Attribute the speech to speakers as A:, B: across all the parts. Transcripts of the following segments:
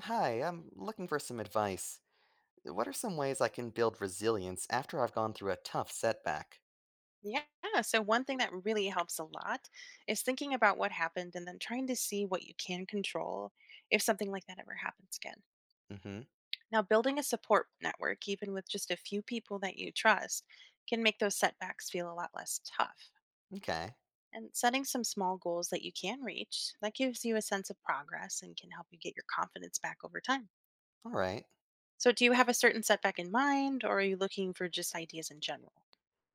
A: Hi, I'm looking for some advice. What are some ways I can build resilience after I've gone through a tough setback?
B: Yeah. So, one thing that really helps a lot is thinking about what happened and then trying to see what you can control if something like that ever happens again.
A: Hmm.
B: Now, building a support network, even with just a few people that you trust, can make those setbacks feel a lot less tough.
A: Okay.
B: And setting some small goals that you can reach, that gives you a sense of progress and can help you get your confidence back over time.
A: All right.
B: So, do you have a certain setback in mind, or are you looking for just ideas in general?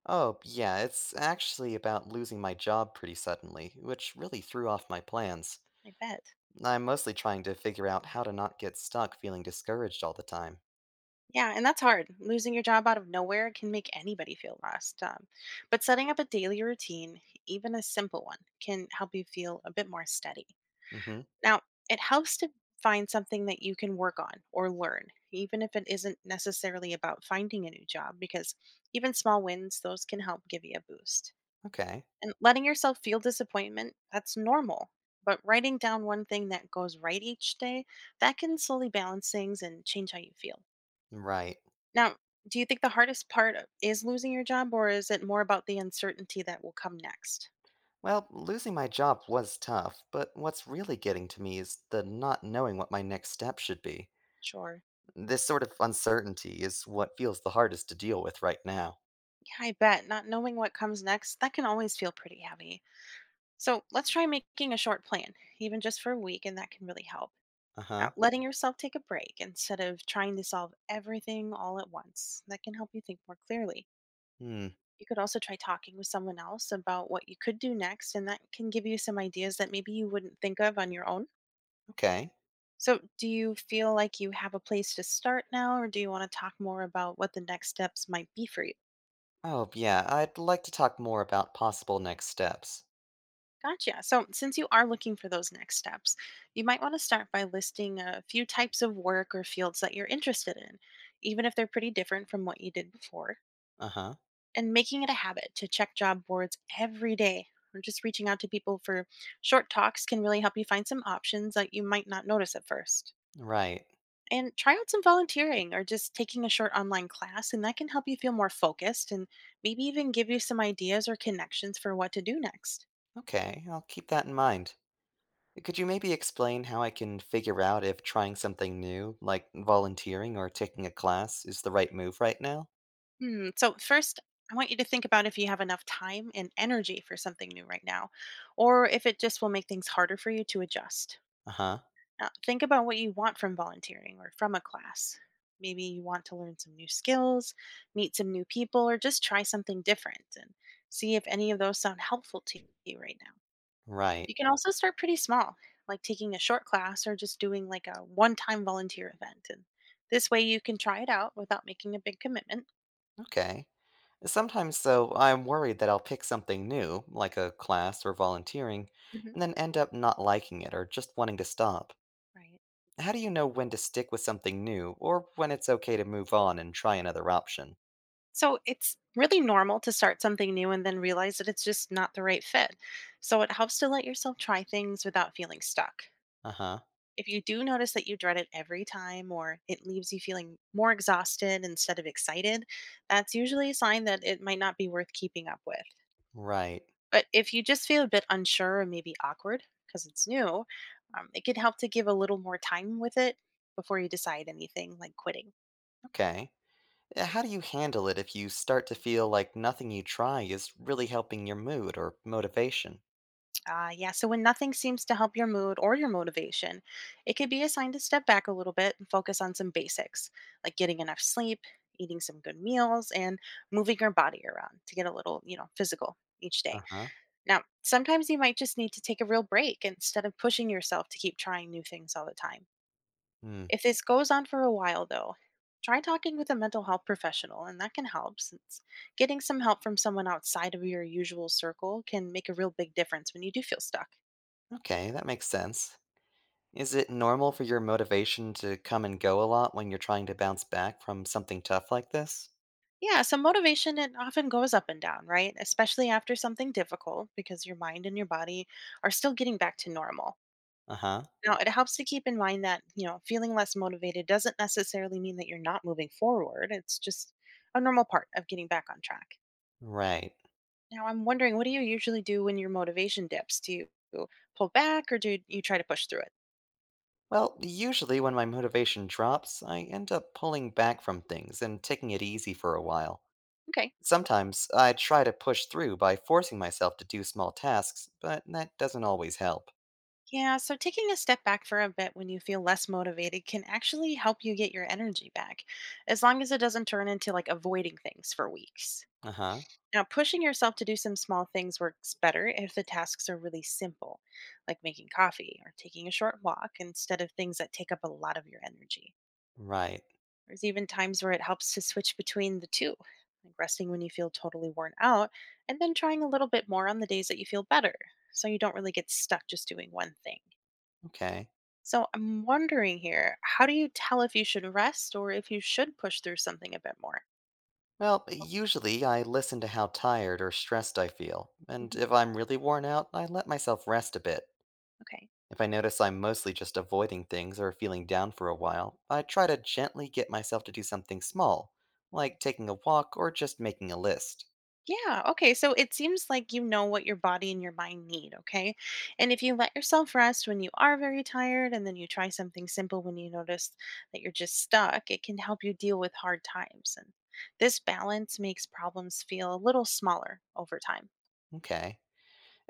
A: Oh, yeah, it's actually about losing my job pretty suddenly, which really threw off my plans.
B: I bet.
A: I'm mostly trying to figure out how to not get stuck feeling discouraged all the time.
B: Yeah, and that's hard. Losing your job out of nowhere can make anybody feel lost. But setting up a daily routine, even a simple one, can help you feel a bit more steady.
A: Hmm.
B: Now, it helps to find something that you can work on or learn, even if it isn't necessarily about finding a new job, because even small wins, those can help give you a boost.
A: Okay.
B: And letting yourself feel disappointment, that's normal. But writing down one thing that goes right each day, that can slowly balance things and change how you feel.
A: Right.
B: Now, do you think the hardest part of- is losing your job, or is it more about the uncertainty that will come next?
A: Well, losing my job was tough, but what's really getting to me is the not knowing what my next step should be.
B: Sure.
A: This sort of uncertainty is what feels the hardest to deal with right now.
B: Yeah, I bet. Not knowing what comes next, that can always feel pretty heavy. So let's try making a short plan, even just for a week, and that can really help.
A: Uh
B: Now,
A: huh.
B: letting yourself take a break instead of trying to solve everything all at once, that can help you think more clearly.
A: Hmm.
B: You could also try talking with someone else about what you could do next, and that can give you some ideas that maybe you wouldn't think of on your own.
A: Okay.
B: So, do you feel like you have a place to start now, or do you want to talk more about what the next steps might be for you?
A: Oh, yeah, I'd like to talk more about possible next steps.
B: Gotcha. So, since you are looking for those next steps, you might want to start by listing a few types of work or fields that you're interested in, even if they're pretty different from what you did before,
A: Uh huh.
B: and making it a habit to check job boards every day. Or just reaching out to people for short talks can really help you find some options that you might not notice at first.
A: Right.
B: And try out some volunteering or just taking a short online class, and that can help you feel more focused and maybe even give you some ideas or connections for what to do next.
A: Okay, I'll keep that in mind. Could you maybe explain how I can figure out if trying something new, like volunteering or taking a class, is the right move right now?
B: Hmm. So, first, I want you to think about if you have enough time and energy for something new right now, or if it just will make things harder for you to adjust.
A: Uh huh.
B: Now, think about what you want from volunteering or from a class. Maybe you want to learn some new skills, meet some new people, or just try something different and see if any of those sound helpful to you right now. You
A: Right.
B: can also start pretty small, like taking a short class or just doing like a one time volunteer event. And this way you can try it out without making a big commitment.
A: Okay. Sometimes, though, I'm worried that I'll pick something new, like a class or volunteering,
B: Hmm.
A: and then end up not liking it or just wanting to stop.
B: Right.
A: How do you know when to stick with something new or when it's okay to move on and try another option?
B: So it's really normal to start something new and then realize that it's just not the right fit. So it helps to let yourself try things without feeling stuck.
A: Uh huh.
B: If you do notice that you dread it every time or it leaves you feeling more exhausted instead of excited, that's usually a sign that it might not be worth keeping up with.
A: Right.
B: But if you just feel a bit unsure or maybe awkward because it's new, it can help to give a little more time with it before you decide anything like quitting.
A: Okay. How do you handle it if you start to feel like nothing you try is really helping your mood or motivation?
B: Yeah, so when nothing seems to help your mood or your motivation, it could be a sign to step back a little bit and focus on some basics like getting enough sleep, eating some good meals, and moving your body around to get a little, physical each day.
A: Uh huh.
B: Now, sometimes you might just need to take a real break instead of pushing yourself to keep trying new things all the time.
A: Hmm.
B: If this goes on for a while, though, try talking with a mental health professional, and that can help since getting some help from someone outside of your usual circle can make a real big difference when you do feel stuck.
A: Okay, that makes sense. Is it normal for your motivation to come and go a lot when you're trying to bounce back from something tough like this?
B: Yeah, so motivation, it often goes up and down, right? Especially after something difficult because your mind and your body are still getting back to normal.
A: Uh huh.
B: Now, it helps to keep in mind that, feeling less motivated doesn't necessarily mean that you're not moving forward. It's just a normal part of getting back on track.
A: Right.
B: Now I'm wondering, what do you usually do when your motivation dips? Do you pull back, or do you try to push through it?
A: Well, usually when my motivation drops, I end up pulling back from things and taking it easy for a while.
B: Okay.
A: Sometimes I try to push through by forcing myself to do small tasks, but that doesn't always help.
B: Yeah, so taking a step back for a bit when you feel less motivated can actually help you get your energy back, as long as it doesn't turn into like avoiding things for weeks.
A: Uh huh.
B: Now, pushing yourself to do some small things works better if the tasks are really simple, like making coffee or taking a short walk instead of things that take up a lot of your energy.
A: Right.
B: There's even times where it helps to switch between the two, like resting when you feel totally worn out, and then trying a little bit more on the days that you feel better, so you don't really get stuck just doing one thing.
A: Okay.
B: So I'm wondering here, how do you tell if you should rest or if you should push through something a bit more?
A: Well, usually I listen to how tired or stressed I feel, and
B: Hmm.
A: if I'm really worn out, I let myself rest a bit.
B: Okay.
A: If I notice I'm mostly just avoiding things or feeling down for a while, I try to gently get myself to do something small, like taking a walk or just making a list.
B: Yeah, okay. So it seems like you know what your body and your mind need, okay? And if you let yourself rest when you are very tired and then you try something simple when you notice that you're just stuck, it can help you deal with hard times. And this balance makes problems feel a little smaller over time.
A: Okay.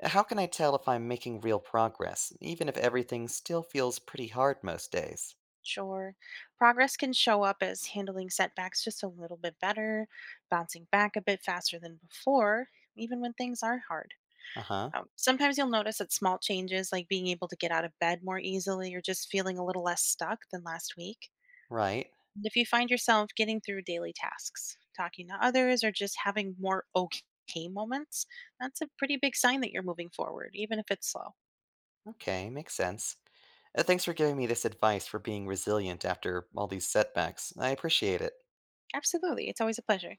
A: How can I tell if I'm making real progress, even if everything still feels pretty hard most days?
B: Sure, progress can show up as handling setbacks just a little bit better, bouncing back a bit faster than before, even when things are hard.
A: Uh huh.
B: Sometimes you'll notice that small changes, like being able to get out of bed more easily or just feeling a little less stuck than last week.
A: Right.
B: And if you find yourself getting through daily tasks, talking to others, or just having more okay moments, that's a pretty big sign that you're moving forward, even if it's slow.
A: Okay, makes sense. Thanks for giving me this advice for being resilient after all these setbacks. I appreciate it.
B: Absolutely. It's always a pleasure.